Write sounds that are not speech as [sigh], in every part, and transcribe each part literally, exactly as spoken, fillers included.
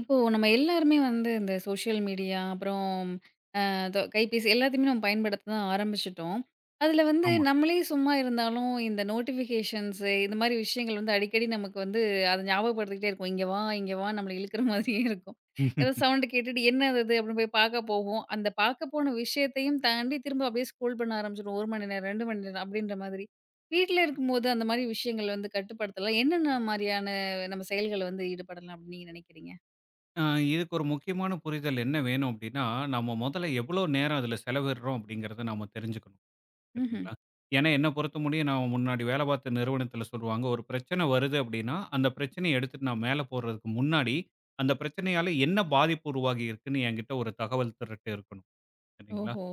இப்போ நம்ம எல்லாருமே வந்து இந்த சோஷியல் மீடியா, அப்புறம் அ தொ கைபேசி எல்லாத்தையுமே நம்ம பயன்படுத்த தான் ஆரம்பிச்சுட்டோம். அதில வந்து ஆமா. நம்மளே சும்மா இருந்தாலும் இந்த நோட்டிஃபிகேஷன்ஸு இந்த மாரி விஷயங்கள் வந்து அடிக்கடி நமக்கு வந்து அத ஞாபகப்படுத்திக்கிட்டே இருக்கும். "இங்க வா, இங்க வான்னு" நம்மள இழுக்கிற [laughs] மாதிரியே இருக்கும். ஏதோ சவுண்ட் கேட்டுட்டு "என்னது அது?" இது அப்படின்னு போய் பார்க்க போவோம். அந்த பார்க்க போன விஷயத்தையும் தாண்டி திரும்ப அப்படியே ஸ்க்ரோல் பண்ண ஆரம்பிச்சுருவோம். ஒரு மணி நேரம், இரண்டு மணி நேரம் அப்படின்ற மாதிரி. வீட்ல இருக்கும்போது அந்த மாரி விஷயங்கள் வந்து கட்டுப்படுத்தலாம். என்னென்ன மாரியான நம்ம செயல்கள வந்து ஈடுபடலாம் அப்படின்னு நீங்க நினைக்கிறீங்க? அ இதுக்கு ஒரு முக்கியமான புரிதல் என்ன வேணும் அப்டின்னா, நம்ம மொதல்ல எவ்ளோ நேரம் அதுல செலவிடுறோம் அப்டிங்கிறத நாம தெரிஞ்சுக்கணும். ம்ஹ்ம். சரிங்களா? ஏன்னா என்ன பொறுத்த முடியும் நான் முன்னாடி வேல பார்த்த நிறுவனத்துல சொல்லுவாங்க, ஒரு பிரச்சனை வருது அப்டின்னா, அந்த பிரச்சனைய எடுத்துட்டு நான் மேல போடுறதுக்கு முன்னாடி, அந்த பிரச்சனையால என்ன பாதிப்பு உருவாகி இருக்குன்னு என்கிட்ட ஒரு தகவல் திரட்டு இருக்கணும். சரிங்களா? ஓஹோ!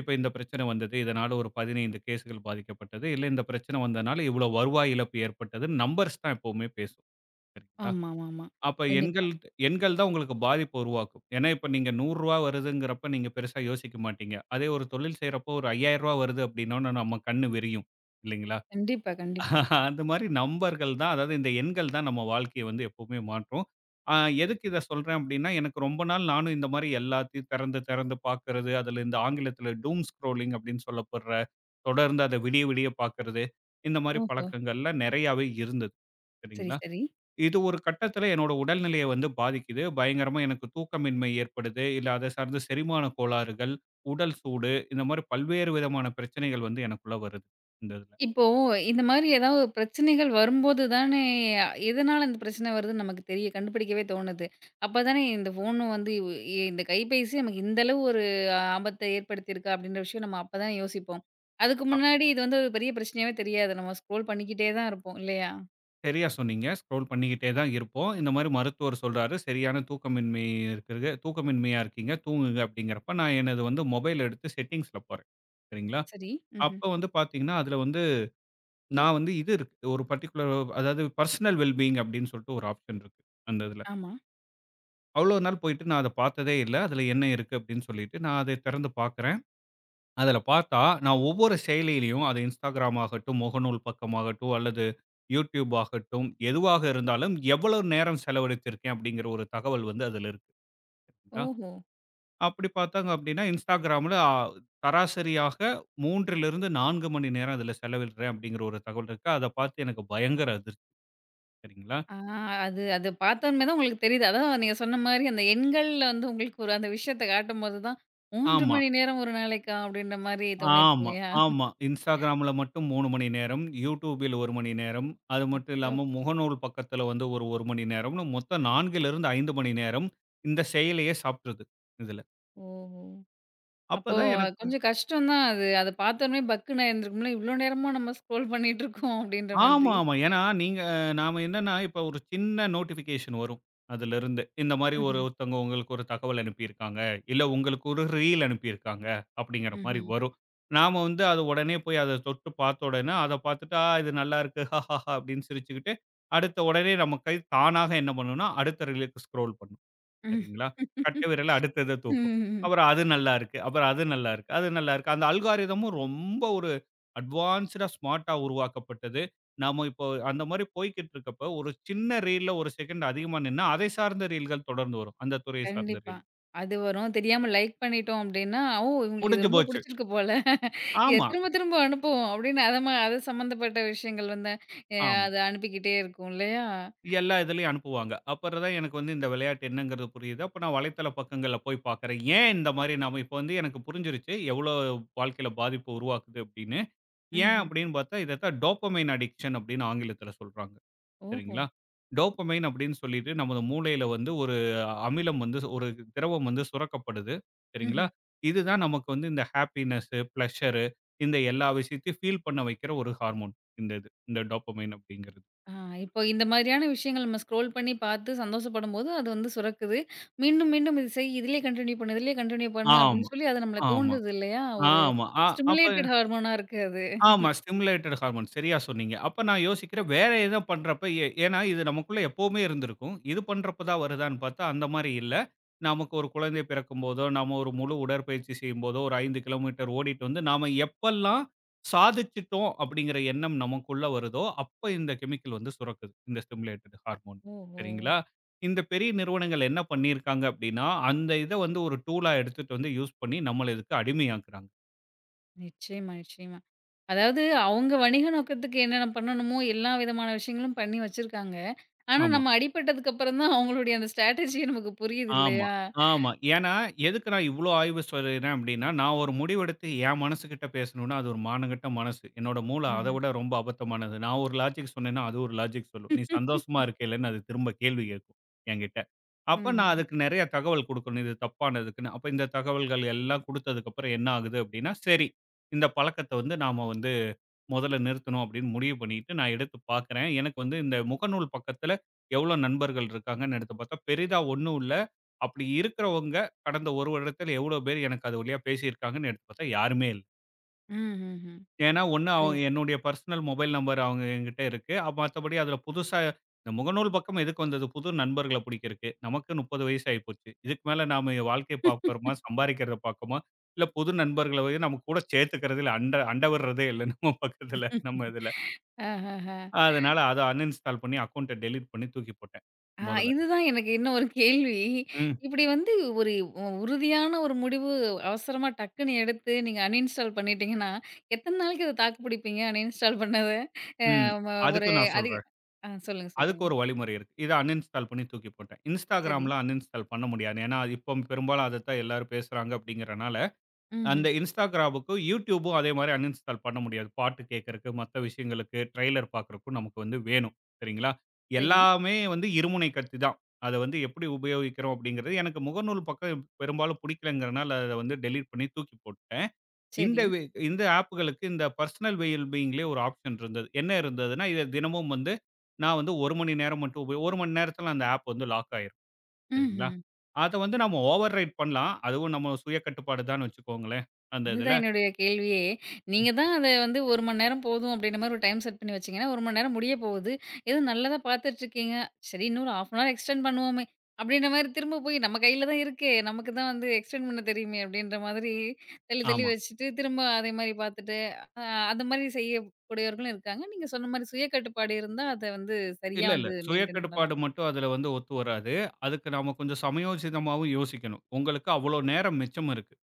இப்ப இந்த பிரச்சனை வந்தது. இதனால ஒரு பதினைந்து கேஸ்கள் பாதிக்கப்பட்டது. இல்ல இந்த பிரச்சனை வந்தனால இவ்ளோ வருவாய் இழப்பு ஏற்பட்டது. நம்பர்ஸ் தான் எப்பவுமே பேசும். சரிங்களா? ஆமாமாமா. அப்ப கண்டிப்பா, எண்கள் எண்கள் தான் உங்களுக்கு பாதிப்ப உருவாக்கும். ஏன்னா, இப்ப நீங்க ரூ. நூறு வருதுங்கிறப்ப நீங்க பெருசா யோசிக்க மாட்டீங்க. அதே ஒரு தொழில் செய்றப்போ ஒரு ரூ. ஐயாயிரம் வருது அப்படின்னோன நம்ம கண்ணு விரியும். இல்லைங்களா? கண்டிப்பா, கண்டிப்பா. [laughs] அந்த மாரி நம்பர்கள் தான் அதாவது இந்த எண்கள் தான் நம்ம வாழ்க்கைய வந்து எப்பவுமே மாற்றும். அ எதுக்கு இத சொல்றேன் அப்படின்னா, எனக்கு ரொம்ப நாள் நானும் இந்த மாரி எல்லாத்தையும் திறந்து திறந்து பார்க்கிறது, அதுல இந்த ஆங்கிலத்தில டூம் ஸ்க்ரோலிங் அப்படின்னு சொல்லப்படுற தொடர்ந்து அத விடிய விடிய பார்க்கிறது, இந்த மாரி ஓஹோ! பழக்கங்கள்லாம் நெறையாவே இருந்தது. சரி, சரிங்களா? சரி. இது ஒரு கட்டத்தில என்னோட உடல்நிலைய வந்து பாதிக்குது. பயங்கரமா எனக்கு தூக்கமின்மை ஏற்படுது. இல்ல அத சார்ந்த செரிமான கோளாறுகள், உடல் சூடு இந்த மாரி பல்வேறு விதமான பிரச்சனைகள் வந்து எனக்குள்ள வருது. இந்த இதுல. இப்போ இந்த மாரி ஏதாவது பிரச்சனைகள் வரும்போது தானே, எதனால இந்த பிரச்சனை வருதுன்னு நமக்கு தெரிய கண்டுபிடிக்கவே தோணுது. அப்ப தானே இந்த ஃபோனும் வந்து இ இந்த கைபேசி நமக்கு இந்த அளவு ஒரு ஆபத்த ஏற்படுத்தியிருக்கா அப்படின்ற விஷயம் நம்ம அப்ப தான் யோசிப்போம். அதுக்கு அ. முன்னாடி இது வந்து ஒரு பெரிய பிரச்சனையாவே தெரியாது. நம்ம ஸ்க்ரோல் பண்ணிக்கிட்டே தான் இருப்போம் இல்லையா? சரியா சொன்னீங்க. ஸ்க்ரோல் பண்ணிக்கிட்டே தான் இருப்போம். இந்த மாரி மருத்துவர் சொல்றாரு, சரியான தூக்கமின்மை இருக்கிறது தூக்கமின்மையா இருக்கீங்க, தூங்குங்க அப்படிங்கிறப்ப நான் எனது வந்து மொபைல் எடுத்து செட்டிங்ஸ்ல போறேன். சரிங்களா? சரி. ம்ஹ்ம். அப்ப வந்து பார்த்தீங்கன்னா, அதுல வந்து நான் வந்து இது இருக்கு. ஒரு பர்ட்டிகுலர் அதாவது பர்சனல் வெல் பீயிங் அப்படின்னு சொல்லிட்டு ஒரு ஆப்ஷன் இருக்கு. அந்த இதுல. ஆமா. அவ்வளோ நாள் போயிட்டு நான் அத பார்த்ததே இல்ல. அதுல என்ன இருக்கு அப்படின்னு சொல்லிட்டு நான் அத திறந்து பார்க்கிறேன். அதுல பார்த்தா, நான் ஒவ்வொரு செயலியிலயும் அது Instagram ஆகட்டும், முகநூல் பக்கமாகட்டும் அல்லது YouTube ஆகட்டும், எதுவாக இருந்தாலும் எவ்வளவு நேரம் செலவழித்திருக்கேன் அப்படிங்கிற ஒரு தகவல் வந்து அதுல இருக்கு. சரிங்களா? ஓஹோ! அப்படி பார்த்தாங்க அப்படின்னா, Instagramல அ சராசரியாக 3லிருந்து நான்கு மணி நேரம் அதுல செலவிடுறேன் அப்படிங்கிற ஒரு தகவல் இருக்கு. அத பார்த்து எனக்கு பயங்கர அதிர்ச்சி. சரிங்களா? ஆ அது அது பார்த்தோன்மே தான் உங்களுக்கு தெரியுது. அதான் நீங்க சொன்ன மாரி அந்த எண்கள்ல வந்து உங்களுக்கு ஒரு அந்த விஷயத்த காட்டும்போது தான், மூன்று ஆமா. மணி நேரம் ஒரு நாளைக்கா? அப்படின்ற மாரி தோணிருக்கு ஆமா, இல்லையா? ஆமா. Instagramல மட்டும் மூன்று மணி நேரம், YouTubeல் ஒரு மணி நேரம், அது மட்டும் அச்சோ! இல்லாம முகநூல் பக்கத்துல வந்து ஒரு 1 மணி நேரம்னு மொத்தம் 4லிருந்து ஐந்து மணி நேரம் இந்த செயலியே சாப்பிட்ருது, இதுல. ஓஹோ! அப்ப அப்போ தான் எனக்கு கொஞ்சம் கஷ்டம் தான் அது. அத பார்த்தோனே பக்குன்னு ஆயிருந்திருக்கும்ல. இவ்ளோ நேரமா நம்ம ஸ்க்ரோல் பண்ணிட்டுருக்கோம் அப்படின்ற ஆமா, மாதிரி. ஆமா. ஏன்னா, நீங்க நாம என்னன்னா, இப்ப ஒரு சின்ன நோட்டிஃபிகேஷன் வரும். அதிலிருந்து. இந்த மாரி ஒரு ம்ஹ்ம். ஒருத்தவங்க உங்களுக்கு ஒரு தகவல் அனுப்பியிருக்காங்க. இல்ல உங்களுக்கு ஒரு ரீல் அனுப்பியிருக்காங்க. அப்படிங்கிற மாரி ம்ஹ்ம். வரும். நாம வந்து அத உடனே போய் அத தொட்டு பார்த்த உடனே, அத பார்த்துட்டு, "ஆ இது நல்லாருக்கு. ஹாஹாஹா" [laughs] அப்படின்னு சிரிச்சுக்கிட்டு, அடுத்த உடனே நம்ம கை தானாக என்ன பண்ணும்னா, அடுத்த ரீலுக்கு ஸ்க்ரோல் பண்ணும். ம். சரிங்களா? கட்டைவிரல் அடுத்தத தூக்கும். ம். அப்புறம் அது நல்லாருக்கு. அப்புறம் அது நல்லாருக்கு. அது நல்லாருக்கு. அந்த அல்காரிதமும் ரொம்ப ஒரு அட்வான்ஸ்டா ஸ்மார்ட்டா உருவாக்கப்பட்டது. நாம இப்போ அந்த மாரி போய்க்கிட்டு இருக்கப்ப, ஒரு சின்ன ரீல்ல ஒரு செகண்ட் அதிகமா நின்னா, அதை சார்ந்த ரீல்கள் தொடர்ந்து வரும். அந்த துறையை சார்ந்த கண்டிப்பா. ரீல். அது வரும். தெரியாம லைக் பண்ணிட்டோம் அப்படின்னா, ஓ! இவங்களுக்கு இது முடிஞ்சு ரொம்ப போச்சு. புடிச்சிருக்கு போல. எ ஆமா, திரும்ப திரும்ப அனுப்புவோம் அப்படின்னு அத ம அது சம்மந்தப்பட்ட விஷயங்கள் வந்து அ ஆமா. அது அனுப்பிக்கிட்டே இருக்கும் இல்லையா? எல்லா இதுலயும் அனுப்புவாங்க. அப்புறம் தான் எனக்கு வந்து இந்த விளையாட்டு என்னங்கிறது புரியுது. அப்ப நான் வலைத்தள பக்கங்கள்ல போய் பார்க்குறேன். ஏன் இந்த மாரி நாம இப்ப வந்து எனக்கு புரிஞ்சிருச்சு. எவ்வளோ வாழ்க்கையில பாதிப்பு உருவாக்குது அப்படின்னு. ஏன் ம்ஹ்ம். அப்படின்னு பார்த்தா, இதத்தான் டோப்பமைன் அடிக்ஷன் அப்படின்னு ஆங்கிலத்தில சொல்றாங்க. ஓஹோ! சரிங்களா? டோப்பமைன் அப்படின்னு சொல்லிட்டு நமது மூளையில வந்து ஒரு அமிலம் வந்து ஒரு திரவம் வந்து சுரக்கப்படுது. சரிங்களா? ம்ஹ்ம். இதுதான் நமக்கு வந்து இந்த ஹாப்பினஸ், பிளஷர் இந்த எல்லா விஷயத்தையும் ஃபீல் பண்ண வைக்கிற ஒரு ஹார்மோன் இந்த இது. இந்த டோப்பமைன் அப்படிங்கிறது. ஆ இப்போ இந்த மாதிரியான விஷயங்கள் நம்ம ஸ்க்ரோல் பண்ணி பார்த்து சந்தோஷப்படும்போது அது வந்து சுரக்குது. மீண்டும் மீண்டும் இது செய் இதிலயே கன்டின்யூ பண்ணு, இதிலயே கன்டின்யூ பண்ணு ஆமா, அப்படின்னு சொல்லி அது நம்மள ஆமா, தூண்டுது இல்லையா? ஒரு ஆமா. அ அப்ப ஸ்டிமுலேட்டட் ஹார்மோனா இருக்கு அது. ஆமா. Stimulated hormone. சரியா சொன்னீங்க. அப்ப நான் யோசிக்கிறேன் வேற ஏதோ பண்றப்ப ஏ ஏன்னா இது நமக்குள்ள எப்பவுமே இருந்திருக்கும். இது பண்றப்ப தான் வருதான்னு பார்த்தா, அந்த மாரி இல்ல. நமக்கு ஒரு குழந்தை பிறக்கும்போதோ, நாம ஒரு முழு உடற்பயிற்சி செய்யும்போதோ, ஒரு ஐந்து கிலோமீட்டர் ஓடிட்டு வந்து, நாம எப்பல்லாம் சாதிச்சுட்டோம் அப்படிங்கிற எண்ணம் நமக்குள்ள வருதோ, அப்ப இந்த கெமிக்கல் வந்து சுரக்குது. இந்த ஸ்டிமுலேட்டட் ஹார்மோன். ஓஹோ! சரிங்களா? இந்த பெரிய நிறுவனங்கள் என்ன பண்ணியிருக்காங்க அப்படின்னா, அந்த இத வந்து ஒரு டூலா எடுத்துட்டு வந்து யூஸ் பண்ணி நம்மள இதுக்கு அடிமையாக்குறாங்க. நிச்சயமா, நிச்சயமா. அதாவது அவங்க வணிக நோக்கத்துக்கு என்னென்ன பண்ணணுமோ எல்லா விதமான விஷயங்களும் பண்ணி வச்சிருக்காங்க. ஆனா, ஆமா. நம்ம அடிபட்டதுக்கு அப்புறம் தான் அவங்களுடைய அந்த ஸ்ட்ராட்டஜியே நமக்கு புரியுது ஆமா, இல்லையா? ஆமா. ஏன்னா, எதுக்கு நான் இவ்ளோ ஆய்வு சொல்றேன் அப்டின்னா, நான் ஒரு முடிவெடுத்து என் மனசுகிட்ட பேசணும்னா, அது ஒரு மானங்கெட்ட மனசு. என்னோட மூளை அத ம்ஹ்ம். விட ரொம்ப அபத்தமானது. நான் ஒரு லாஜிக் சொன்னேன்னா, அது ஒரு லாஜிக் சொல்லும். நீ சந்தோஷமா இருக்கைலன்னு அது திரும்ப கேள்வி கேட்கும் என்கிட்ட. அப்ப நான் ம்ஹ்ஹ்ம். அதுக்கு நெறைய தகவல் குடுக்கணும். இது தப்பானதுக்குன்னு. அப்ப இந்த தகவல்கள் எல்லாம் குடுத்ததுக்கப்புறம் என்ன ஆகுது அப்டின்னா, சரி இந்த பழக்கத்த வந்து நாம வந்து முதல்ல நிறுத்தணும் அப்படின்னு முடிவு பண்ணிட்டு நான் எடுத்து பார்க்குறேன். எனக்கு வந்து இந்த முகநூல் பக்கத்துல எவ்வளோ நண்பர்கள் இருக்காங்கன்னு எடுத்து பார்த்தா, பெரிதா ஒண்ணும் இல்ல. அப்படி இருக்கிறவங்க கடந்த ஒரு வருடத்துல எவ்வளோ பேர் எனக்கு அது வழியா பேசியிருக்காங்கன்னு எடுத்து பார்த்தா யாருமே இல்ல. ம்ஹ்ஹ்ம். ஏன்னா ஒண்ணு அவங்க புரியுது. என்னுடைய பர்சனல் மொபைல் நம்பர் அவங்க என்கிட்ட இருக்கு. மத்தபடி அதுல புதுசா இந்த முகநூல் பக்கம் எதுக்கு வந்தது? புது நண்பர்கள புடிக்கிறக்கு. நமக்கு முப்பது வயசு ஆயிப்போச்சு. இதுக்கு மேல நாம வாழ்க்கைய பார்க்குறோமா, சம்பாரிக்கிறத பார்க்கோமா, இல்ல புது நண்பர்கள வந்து நம்ம கூட சேர்த்துக்கிறதுல அண்ட அண்டவிடுறதே இல்ல நம்ம பக்கத்துல நம்ம இதுல. ஆஹஹ. அதனால அத அன்இன்ஸ்டால் பண்ணி அக்கவுண்ட்ட டெலீட் பண்ணி தூக்கி போட்டேன் ஆ மொதல்ல. இதுதான் எனக்கு இன்னும் ஒரு கேள்வி. ம், இப்படி வந்து ஒரு உ உறுதியான ஒரு முடிவு அவசரமா டக்குன்னு எடுத்து நீங்க அன்இன்ஸ்டால் பண்ணிட்டீங்கன்னா, எத்தன நாளைக்கு அத தாக்கு பிடிப்பீங்க அன்இன்ஸ்டால் பண்ணத? அ ம். ம அதுக்கு ஒரு நான் அதிக சொல்றேன். ஆ சொல்லுங்க, அதுக்கு சொல்லுங்க. ஒரு வழிமுறை இருக்கு. இத அன்இன்ஸ்டால் பண்ணி தூக்கி போட்டேன். சரி. Instagramல அன்இன்ஸ்டால் பண்ண முடியாது. ஏன்னா, அது இப்போ பெரும்பாலும் அதத்தான் எல்லாரும் பேசுறாங்க அப்படிங்கிறனால, அந்த ம்ஹ்ம். Instagramக்கும் YouTubeம் அதே மாரி அன்இன்ஸ்டால் பண்ண முடியாது. பாட்டு கேட்கறக்கு, மத்த விஷயங்களுக்கு, ட்ரெய்லர் பார்க்கறக்கும் நமக்கு வந்து வேணும். சரிங்களா? சரி, எல்லாமே வந்து இருமுனை கத்தி தான். அத வந்து எப்படி உபயோகிக்கிறோம் அப்படிங்கிறது எனக்கு முகநூல் பக்கம் பெரும்பாலும் பிடிக்கலங்கிறனால அத வந்து டெலீட் பண்ணி தூக்கி போட்டுட்டேன். இந்த சரி. வே இந்த ஆப்களுக்கு இந்த பர்சனல் வெல் பீயிங்லேயே ஒரு ஆப்ஷன் இருந்தது. என்ன இருந்ததுன்னா, இத தினமும் வந்து நான் வந்து ஒரு மணி நேரம் மட்டும் உபயோ ஒரு மணி நேரத்தில அந்த ஆப் வந்து லாக் ஆயிரும். சரிங்களா? ம்ஹ்ம். அத வந்து நம்ம ஓவர் ரைட் பண்ணலாம். அதுவும் நம்ம சுய கட்டுப்பாடு தான்னு வச்சுக்கோங்களேன், அந்த இதில. அதுதான் என்னுடைய கேள்வியே. நீங்க தான் அத வந்து ஒரு மணி நேரம் போதும் அப்டின்ற மாரி ஒரு டைம் செட் பண்ணி வச்சீங்கன்னா, ஒரு மணி நேரம் முடிய போகுது. ஏதோ நல்லதா பார்த்துட்ருக்கீங்க. சரி இன்னும் ஒரு அரை அன் ஹவர் எக்ஸ்டெண்ட் பண்ணுவோமே! அப்டின்ற மாரி திரும்ப போய் நம்ம கையில தான் இருக்கே. நமக்கு தான் வந்து எக்ஸ்டெண்ட் பண்ண தெரியுமே! அப்டின்ற மாதிரி தள்ளி தள்ளி ஆமா. வச்சுட்டு, திரும்ப அதே மாரி பார்த்துட்டு, அ அது மாரி செய்யக்கூடியவர்களும் இருக்காங்க. நீங்க சொன்ன மாரி சுய கட்டுப்பாடு இருந்தா, அத வந்து சரியா இல்ல, இல்ல. வந்து சுய மெயின்டெயின் கட்டுப்பாடு பண்ணலாம். மட்டும் அதில வந்து ஒத்து வராது. அதுக்கு நாம கொஞ்சம் சமயோசிதமாவும் யோசிக்கணும். உங்களுக்கு அவ்வளோ நேரம் மிச்சம் இருக்கு.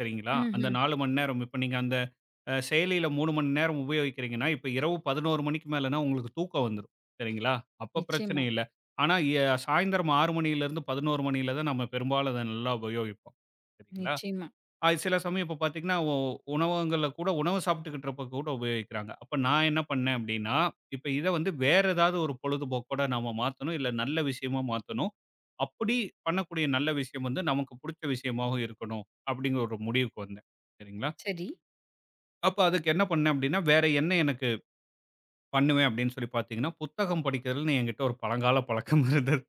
சரிங்களா? அந்த ம்ஹ்ம். நான்கு மணி நேரம் இப்ப நீங்க அந்த அ செயலியில மூன்று மணி நேரம் உபயோகிக்கிறீங்கன்னா, இப்ப இரவு பதினொரு மணிக்கு மேலனா உங்களுக்கு தூக்கம் வந்துரும். சரிங்களா? அப்ப நிச்சயமா, பிரச்சனை இல்ல. ஆனா, எ சாயந்தரம் ஆறு மணியிலிருந்து பதினொரு மணியில தான் நம்ம பெரும்பாலும் அத நல்லா உபயோகிப்போம். சரிங்களா? நிச்சயமா. அது சில சமயம் இப்ப பார்த்தீங்கன்னா, ஒ உணவகங்கள்ல கூட உணவு சாப்பிட்டுக்கிட்டு இருப்ப கூட உபயோகிக்கிறாங்க. அப்ப நான் என்ன பண்ணேன் அப்படின்னா, இப்ப இத வந்து வேற ஏதாவது ஒரு பொழுதுபோக்கோட நாம மாத்தணும். இல்ல நல்ல விஷயமா மாத்தணும். அப்படி பண்ணக்கூடிய நல்ல விஷயம் வந்து நமக்கு புடிச்ச விஷயமாவும் இருக்கணும். அப்படிங்கிற ஒரு முடிவுக்கு வந்தேன். சரிங்களா? சரி. அப்ப அதுக்கு என்ன பண்ணேன் அப்படின்னா, வேற என்ன எனக்கு பண்ணுவேன் அப்படின்னு சொல்லி பார்த்தீங்கன்னா, புத்தகம் படிக்கிறதுன்னு என்கிட்ட ஒரு பழங்கால பழக்கம் [laughs] இருந்தது.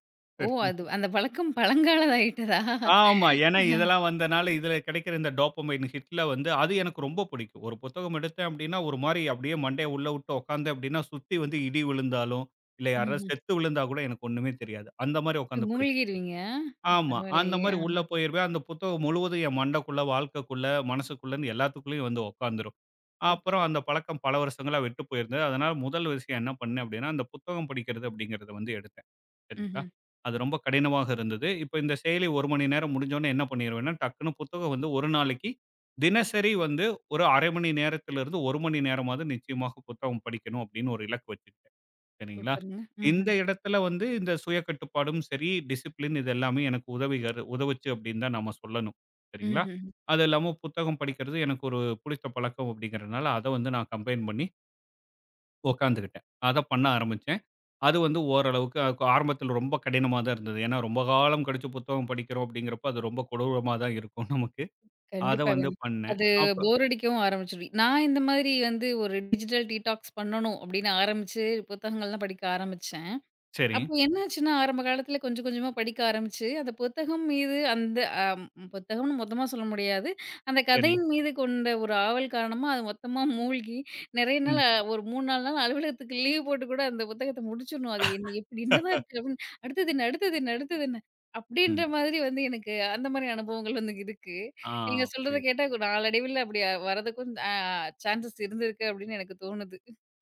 ஓ! அது சரிங்களா. அந்த பழக்கம் பழங்காலதாயிட்டதா? ஆமா. ஏன்னா இதெல்லாம் வந்தனால இதுல கிடைக்கிற இந்த டோப்பமைன் ஹிட்ல வந்து அது எனக்கு ரொம்ப பிடிக்கும். ஒரு புத்தகம் எடுத்தேன் அப்படின்னா, ஒரு மாரி அப்படியே மண்டைய உள்ள விட்டு உட்கார்ந்தேன் அப்படின்னா, சுத்தி வந்து இடி விழுந்தாலும், இல்ல யாராவது செத்து விழுந்தா கூட எனக்கு ஒண்ணுமே தெரியாது. அந்த மாரி உட்கார்ந்து படிச்சுக்குவேன். மூழ்கிருவீங்க? ஆமா. அந்த பரவாயில்லையே! மாரி உள்ள ஆஹா! போயிருவேன். அந்த புத்தகம் முழுவதும் என் மண்டைக்குள்ள, வாழ்க்கைக்குள்ள, மனசுக்குள்ளன்னு எல்லாத்துக்குள்ளயும் வந்து உட்காந்துரும். சூப்பர், அப்புறம் சூப்பர். அந்த பழக்கம் பல வருஷங்களா விட்டு போயிருந்தது. அதனால முதல் விஷயம் என்ன பண்ணேன் அப்படின்னா, அந்த புத்தகம் படிக்கிறது அப்படிங்கிறத வந்து எடுத்தேன். சரிங்களா? ம்ஹ்ம். அது ரொம்ப கடினமாக இருந்தது. இப்ப இந்த செயலி ஒரு மணி நேரம் முடிஞ்சோனே என்ன பண்ணிருவேன்னா, டக்குனு புத்தகம் வந்து ஒரு நாளைக்கு தினசரி வந்து ஒரு அரை மணி நேரத்திலிருந்து ஒரு மணி நேரமாவது நிச்சயமாக புத்தகம் படிக்கணும் அப்படின்னு ஒரு இலக்கு வச்சு சரிங்களா? சூப்பருங்க. இந்த ம்ஹ்ம். இடத்துல வந்து இந்த சுய கட்டுப்பாடும் சரி, டிசிப்ளின் இது எல்லாமே எனக்கு உதவிகர உதவுச்சு அப்படின்னு தான் நம்ம சொல்லணும். சரிங்களா? ம்ஹ்ம். அது இல்லாம புத்தகம் படிக்கிறது எனக்கு ஒரு புடித்த பழக்கம் அப்படிங்கிறனால, அத வந்து நான் கம்பைன் பண்ணி உட்காந்துக்கிட்டேன். அத பண்ண ஆரம்பிச்சேன். அது வந்து ஓரளவுக்கு அ ஆரம்பத்தில ரொம்ப கடினமா தான் இருந்தது. ஏன்னா ரொம்ப காலம் கழிச்சு புத்தகம் படிக்கிறோம் அப்படிங்கிறப்ப, அது ரொம்ப கொடூரமா தான் இருக்கும் நமக்கு. அத கண்டிப்பாங்க. வந்து பண்ணேன். அது அப்ப போர் அடிக்கவும் ஆரம்பிச்சுரும். நான் இந்த மாதிரி வந்து ஒரு டிஜிட்டல் டீடாக்ஸ் பண்ணணும் அப்படின்னு ஆரம்பிச்சு, புத்தகங்கள்லாம் படிக்க ஆரம்பிச்சேன். சரி, அப்போ என்னாச்சுன்னா, ஆரம்ப காலத்துல கொஞ்சம் கொஞ்சமா படிக்க ஆரம்பிச்சு, அந்த புத்தகம் மீது அந்த அம் புத்தகம்னு மொத்தமா சொல்ல முடியாது. அந்த சரி. கதையின் மீது கொண்ட ஒரு ஆவல் காரணமா, அது மொத்தமா மூழ்கி நெறைய ம். நாள் அ ஒரு மூன்று, நான்கு நாள் அலுவலகத்துக்கு லீவ் போட்டு கூட அந்த புத்தகத்த முடிச்சிடணும். அது என்ன எப்படி என்னதான் இருக்கு அப்படின்னு, அடுத்தது என்ன? அடுத்தது என்ன? அடுத்தது என்ன? அப்படின்ற ம். மாதிரி வந்து எனக்கு அந்த மாரி அனுபவங்கள் வந்து இருக்கு. ஆ, நீங்க சொல்றத புரியுது. கேட்டா நாளடைவில அப்படி வரதுக்கும் அ வரதுக்கும் சான்சஸ் இருந்திருக்கு அப்படின்னு எனக்கு தோணுது.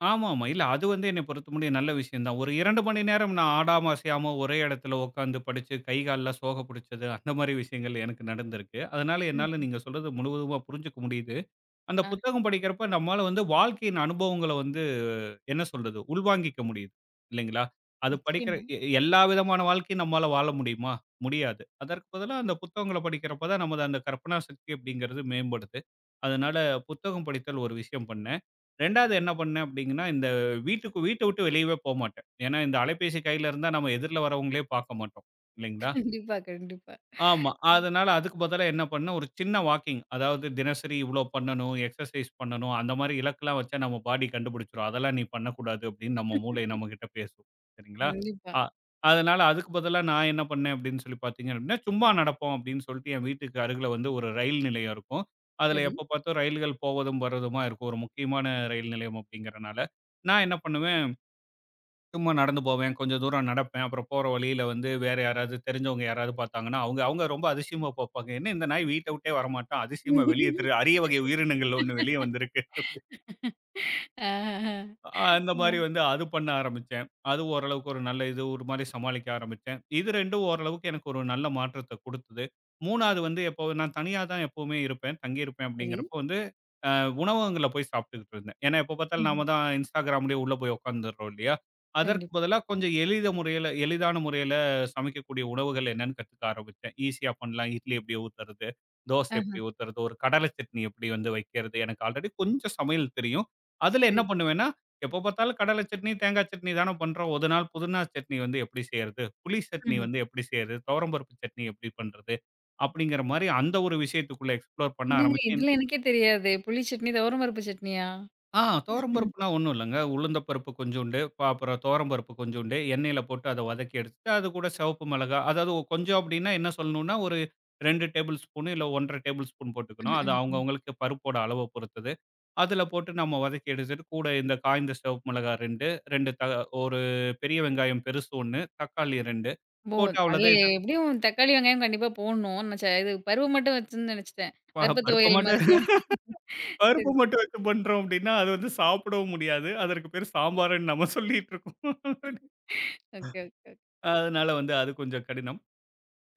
ஆமாமா. இல்ல அது வந்து என்ன பொறுத்த முடியும் நல்ல விஷயம் தான். ஒரு இரண்டு மணி நேரம் நான் ஆடாம, அசையாம ஒரே இடத்துல உட்காந்து படிச்சு, கை கால்லாம் சோக புடிச்சது, அந்த மாரி விஷயங்கள் எனக்கு நடந்திருக்கு. அதனால என்னால ம். நீங்க சொல்றது முழுவதுமா புரிஞ்சுக்க முடியுது. அந்த ஆ புத்தகம் படிக்கிறப்ப நம்மால வந்து வாழ்க்கையின் அனுபவங்கள வந்து என்ன சொல்றது? உள்வாங்கிக்க முடியுது. இல்லைங்களா? அது படிக்கிற நிச்சயமா. எ எல்லா விதமான வாழ்க்கையும் நம்மால வாழ முடியுமா? முடியாது. அதற்கு பதிலா அந்த புத்தகங்கள படிக்கிறப்ப தான் நமது அந்த கற்பனா சக்தி அப்படிங்கிறது மேம்படுது. அதனால புத்தகம் படித்தல் ஒரு விஷயம் பண்ணேன். 2வது என்ன பண்ணேன் அப்படிங்கன்னா, இந்த வீட்டுக்கு வீட்ட விட்டு வெளியவே போமாட்டேன். ஏன்னா இந்த அலைபேசி கையில இருந்தா நம்ம எதிர்ல வரவங்களே பார்க்க மாட்டோம். இல்லைங்களா? கண்டிப்பா, கண்டிப்பா, ஆமா. அதனால அதுக்கு பதிலா என்ன பண்ணேன், ஒரு சின்ன வாக்கிங். அதாவது தினசரி இவ்ளோ பண்ணணும், எக்ஸர்சைஸ் பண்ணணும், அந்த மாரி இலக்கெல்லாம் வச்சா நம்ம பாடி கண்டுபிடிச்சுரும். அதெல்லாம் நீ பண்ணக்கூடாது அப்டின்னு நம்ம மூளை நம்மகிட்ட பேசும். சரிங்களா? கண்டிப்பா. அ அதனால அதுக்கு பதிலா நான் என்ன பண்ணேன் அப்டின்னு சொல்லி பார்த்தீங்க அப்டின்னா, சும்மா நடப்போம் அப்டின்னு சொல்லிட்டு என் வீட்டுக்கு அருகில வந்து ஒரு ரயில் நிலையம் இருக்கும். அதுல சரி. எப்ப பார்த்தும் ரயில்கள் போவதும், வர்றதுமா இருக்கும். ஒரு முக்கியமான ரயில் நிலையம் அப்டிங்கிறனால, நான் என்ன பண்ணுவேன் சும்மா நடந்து போவேன். கொஞ்சம் தூரம் நடப்பேன். அப்புறம் போற வழியில வந்து வேற யாராவது தெரிஞ்சவங்க யாராவது பார்த்தாங்கன்னா, அவங்க அவங்க ரொம்ப அதிசயமா பார்ப்பாங்க. "என்ன இந்த நாய் வீட்ட விட்டே வரமாட்டான். அதிசயமா வெளிய திரு அரிய வகை உயிரினங்கள்ல ஒண்ணு வெளிய வந்திருக்கு." ஆ. அ அந்த மாரி வந்து அது பண்ண ஆரம்பிச்சேன். அது ஓரளவுக்கு ஒரு நல்ல இது ஒரு மாரி சமாளிக்க ஆரம்பிச்சேன். இது ரெண்டு ஓரளவுக்கு எனக்கு ஒரு நல்ல மாற்றத்த குடுத்தது. 3வது வந்து எப்போ நான் தனியா தான் எப்பவுமே இருப்பேன். தங்கியிருப்பேன் சரி. அப்படிங்கிறப்போ வந்து அ உணவகங்கள்ல போய் சாப்பிட்டுக்கிட்டு இருந்தேன். ஏன்னா எப்ப பார்த்தாலும் ம்ஹ்ம். நாம தான் Instagramலயே உள்ள போய் உட்காந்துடுறோம் இல்லையா? அதற்கு கண்டிப்பா. பதிலா கொஞ்சம் எளித முறையில எளிதான முறையில சமைக்கக்கூடிய உணவுகள் என்னன்னு கத்துக்க ஆரம்பிச்சேன். ஈஸியா பண்ணலாம். இட்லி எப்படி ஊத்துறது? தோசை எப்படி ஆஹ. ஊத்துறது? ஒரு கடலை சட்னி எப்படி வந்து வைக்கிறது? எனக்கு ஆல்ரெடி கொஞ்சம் சமையல் தெரியும். அதுல என்ன சரி. பண்ணுவேன்னா எப்போ பார்த்தாலும் கடலை சட்னி, தேங்காய் சட்னி தானே பண்றோம். ஒரு நாள் புதினா சட்னி வந்து எப்படி செய்றது? புளி சட்னி ம்ஹ்ம். வந்து எப்படி செய்றது? துவரம்பருப்பு சட்னி எப்படி பண்றது? அப்படிங்கிற மாரி அந்த ஒரு விஷயத்துக்குள்ள எக்ஸ்ப்ளோர் பண்ண என்னங்க ஆரம்பிச்சேன். இதுல எனக்கே தெரியாதே! புளி சட்னி, துவரம் பருப்பு சட்னியா? ஆ துவரம் பருப்புனா ஒண்ணும் இல்லங்க. உளுந்த பருப்பு கொஞ்சூண்டு, ப அப்புறம் துவரம் பருப்பு கொஞ்சூண்டு எண்ணெயில போட்டு அத வதக்கி எடுத்துட்டு, அது கூட சிவப்பு மிளகா, அதாவது ஒரு கொஞ்சம் அப்டின்னா என்ன சொல்லணும்னா, ஒரு ரெண்டு டேபிள் ஸ்பூன் இல்ல ஒன்றே அரை டேபிள் ஸ்பூன் ம், போட்டுக்கணும். அது ம், ம். அவங்கவங்களுக்கு பருப்போட அளவ பொறுத்தது. அதுல போட்டு நம்ம வதக்கி எடுத்துட்டு, கூட இந்த காய்ந்த சிவப்பு மிளகா ரெண்டு, ரெண்டு த ஒரு பெரிய வெங்காயம் பெருசு ஒன்று, தக்காளி இரண்டு ஓ! போட்டு அதுல அவ்வளோதான் இது. எப்படியும் தக்காளி, வெங்காயம் கண்டிப்பா போடணும். நான் ச இது பருப்பு மட்டும் வச்சுன்னு நெனச்சுட்டேன். ப பருப்பு பருப்ப துவையல் மட்டும் மாதிரி. பருப்ப சரி, மட்டும் சரி. வச்சு பண்றோம் அப்டின்னா, அது வந்து சாப்பிடவும் முடியாது. அதற்கு பேரு சாம்பார்ன்னு நம்ம சொல்லிட்டு இருக்கோம். Okay, okay, okay. அதனால வந்து அது கொஞ்சம் கடினம்.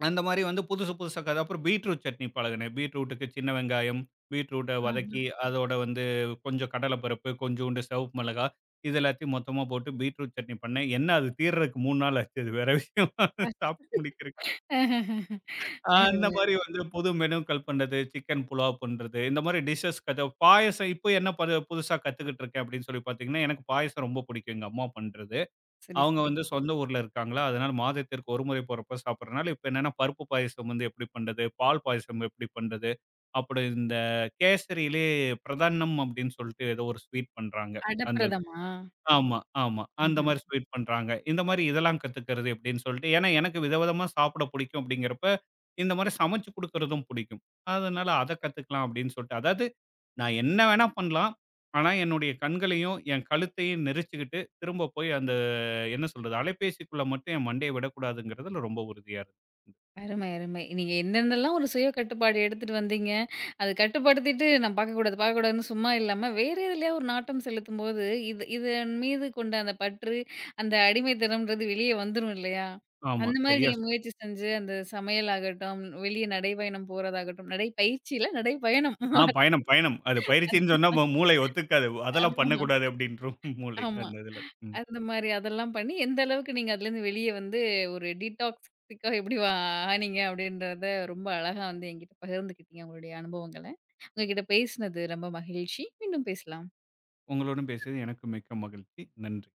அந்த மாரி வந்து புதுசு புதுசா கத அப்புறம் பீட்ரூட் சட்னி பழகுனேன். பீட்ரூட்டுக்கு சின்ன வெங்காயம், பீட்ரூட்ட வதக்கி ஆஹ. அதோட வந்து கொஞ்சம் கடலைப்பருப்பு, கொஞ்சூண்டு சிவப்பு மிளகா இது எல்லாத்தையும் மொத்தமா போட்டு பீட்ரூட் சட்னி பண்ணேன். என்ன அது தீர்றதுக்கு மூணு நாள் ஆச்சு. அது வேற விஷயம். அ. சாப்பிட்டு முடிக்கிறதுக்கு. ஆஹஹ. அ அந்த அருமை. மாரி வந்து புது மெனுக்கள் பண்றது, சிக்கன் புலாவ் பண்றது, இந்த மாரி டிஷ்ஷஸ் கத பாயாசம் இப்போ என்ன பது புதுசா கத்துக்கிட்டு இருக்கேன் அப்படின்னு சொல்லி பார்த்தீங்கன்னா, எனக்கு பாயாசம் ரொம்ப பிடிக்கும் எங்க அம்மா பண்றது. சரி, அவங்க சரி. வந்து சொந்த ஊர்ல இருக்காங்களா, அதனால மாதத்திற்கு ஒரு முறை போறப்ப சாப்பிடுறனால, இப்ப என்னன்னா பருப்பு பாயாசம் வந்து எப்படி பண்றது? பால் பாயாசம் எப்படி பண்றது? அப்படி இந்த கேசரியிலே பிரதானம் அப்படின்னு சொல்லிட்டு ஏதோ ஒரு ஸ்வீட் பண்றாங்க. அந்த இது. அடப்பிரதமா? ஆமா, ஆமா. அந்த ம்ஹ்ம். மாரி ஸ்வீட் பண்றாங்க. இந்த மாரி இதெல்லாம் கத்துக்கிறது எப்படின்னு சொல்லிட்டு, ஏன்னா எனக்கு விதவிதமா சாப்பிட பிடிக்கும் அப்படிங்கிறப்ப, இந்த மாரி சமைச்சு குடுக்கறதும் பிடிக்கும். அதனால அத சூப்பர், கத்துக்கலாம் சூப்பர். அப்படின்னு சொல்லிட்டு, அதாவது நான் என்ன வேணா பண்ணலாம். ஆனா என்னுடைய கண்களையும், என் கழுத்தையும் நெரிச்சுக்கிட்டு திரும்ப போய் அந்த என்ன சொல்றது? அலைபேசிக்குள்ள மட்டும் என் மண்டைய விடக்கூடாதுங்கிறதுல ரொம்ப உறுதியா இருந்தேன். அருமை, அருமை. நீங்க என்னென்னலாம் ஒரு சுய கட்டுப்பாடு எடுத்துட்டு வந்தீங்க, அது கட்டுப்படுத்திட்டு நான் பார்க்கக்கூடாது, பார்க்கக்கூடாதுன்னு சும்மா இல்லாம, வேற எதுலயா ஒரு நாட்டம் செலுத்தும்போது, இது இதன் மீது கொண்ட அந்த பற்று, அந்த அடிமைத்தனம்ன்றது வெளிய வந்துரும் இல்லையா? ஆமா. அந்த மாரி சரியா நீங்க சொன்னீங்க. முயற்சி செஞ்சு, அந்த சமையல் ஆகட்டும், வெளிய நடைப்பயணம் போறதாகட்டும், நடைப்பயிற்சி இல்ல, நடைப்பயணம். ஆ, [laughs] பயணம், பயணம். அது பயிற்சின்னு சொன்னா மு மூளை ஒத்துக்காது. அதெல்லாம் ஆமா, பண்ணக்கூடாது அப்படின்றும் மூளை ஆமா. அந்த இதுல. ம். அந்த மாரி அதெல்லாம் பண்ணி, எந்த அளவுக்கு நீங்க அதுலேருந்து வெளிய வந்து ஒரு டீடாக்ஸிக்கா எப்படி வ ஆனீங்க அப்படின்றத ரொம்ப அழகா வந்து என்கிட்ட பகிர்ந்துக்கிட்டீங்க உங்களுடைய அனுபவங்கள. உங்ககிட்ட பேசினது ரொம்ப மகிழ்ச்சி. மீண்டும் பேசலாம். உங்களோடும் பேசியது எனக்கு மிக்க மகிழ்ச்சி. நன்றி.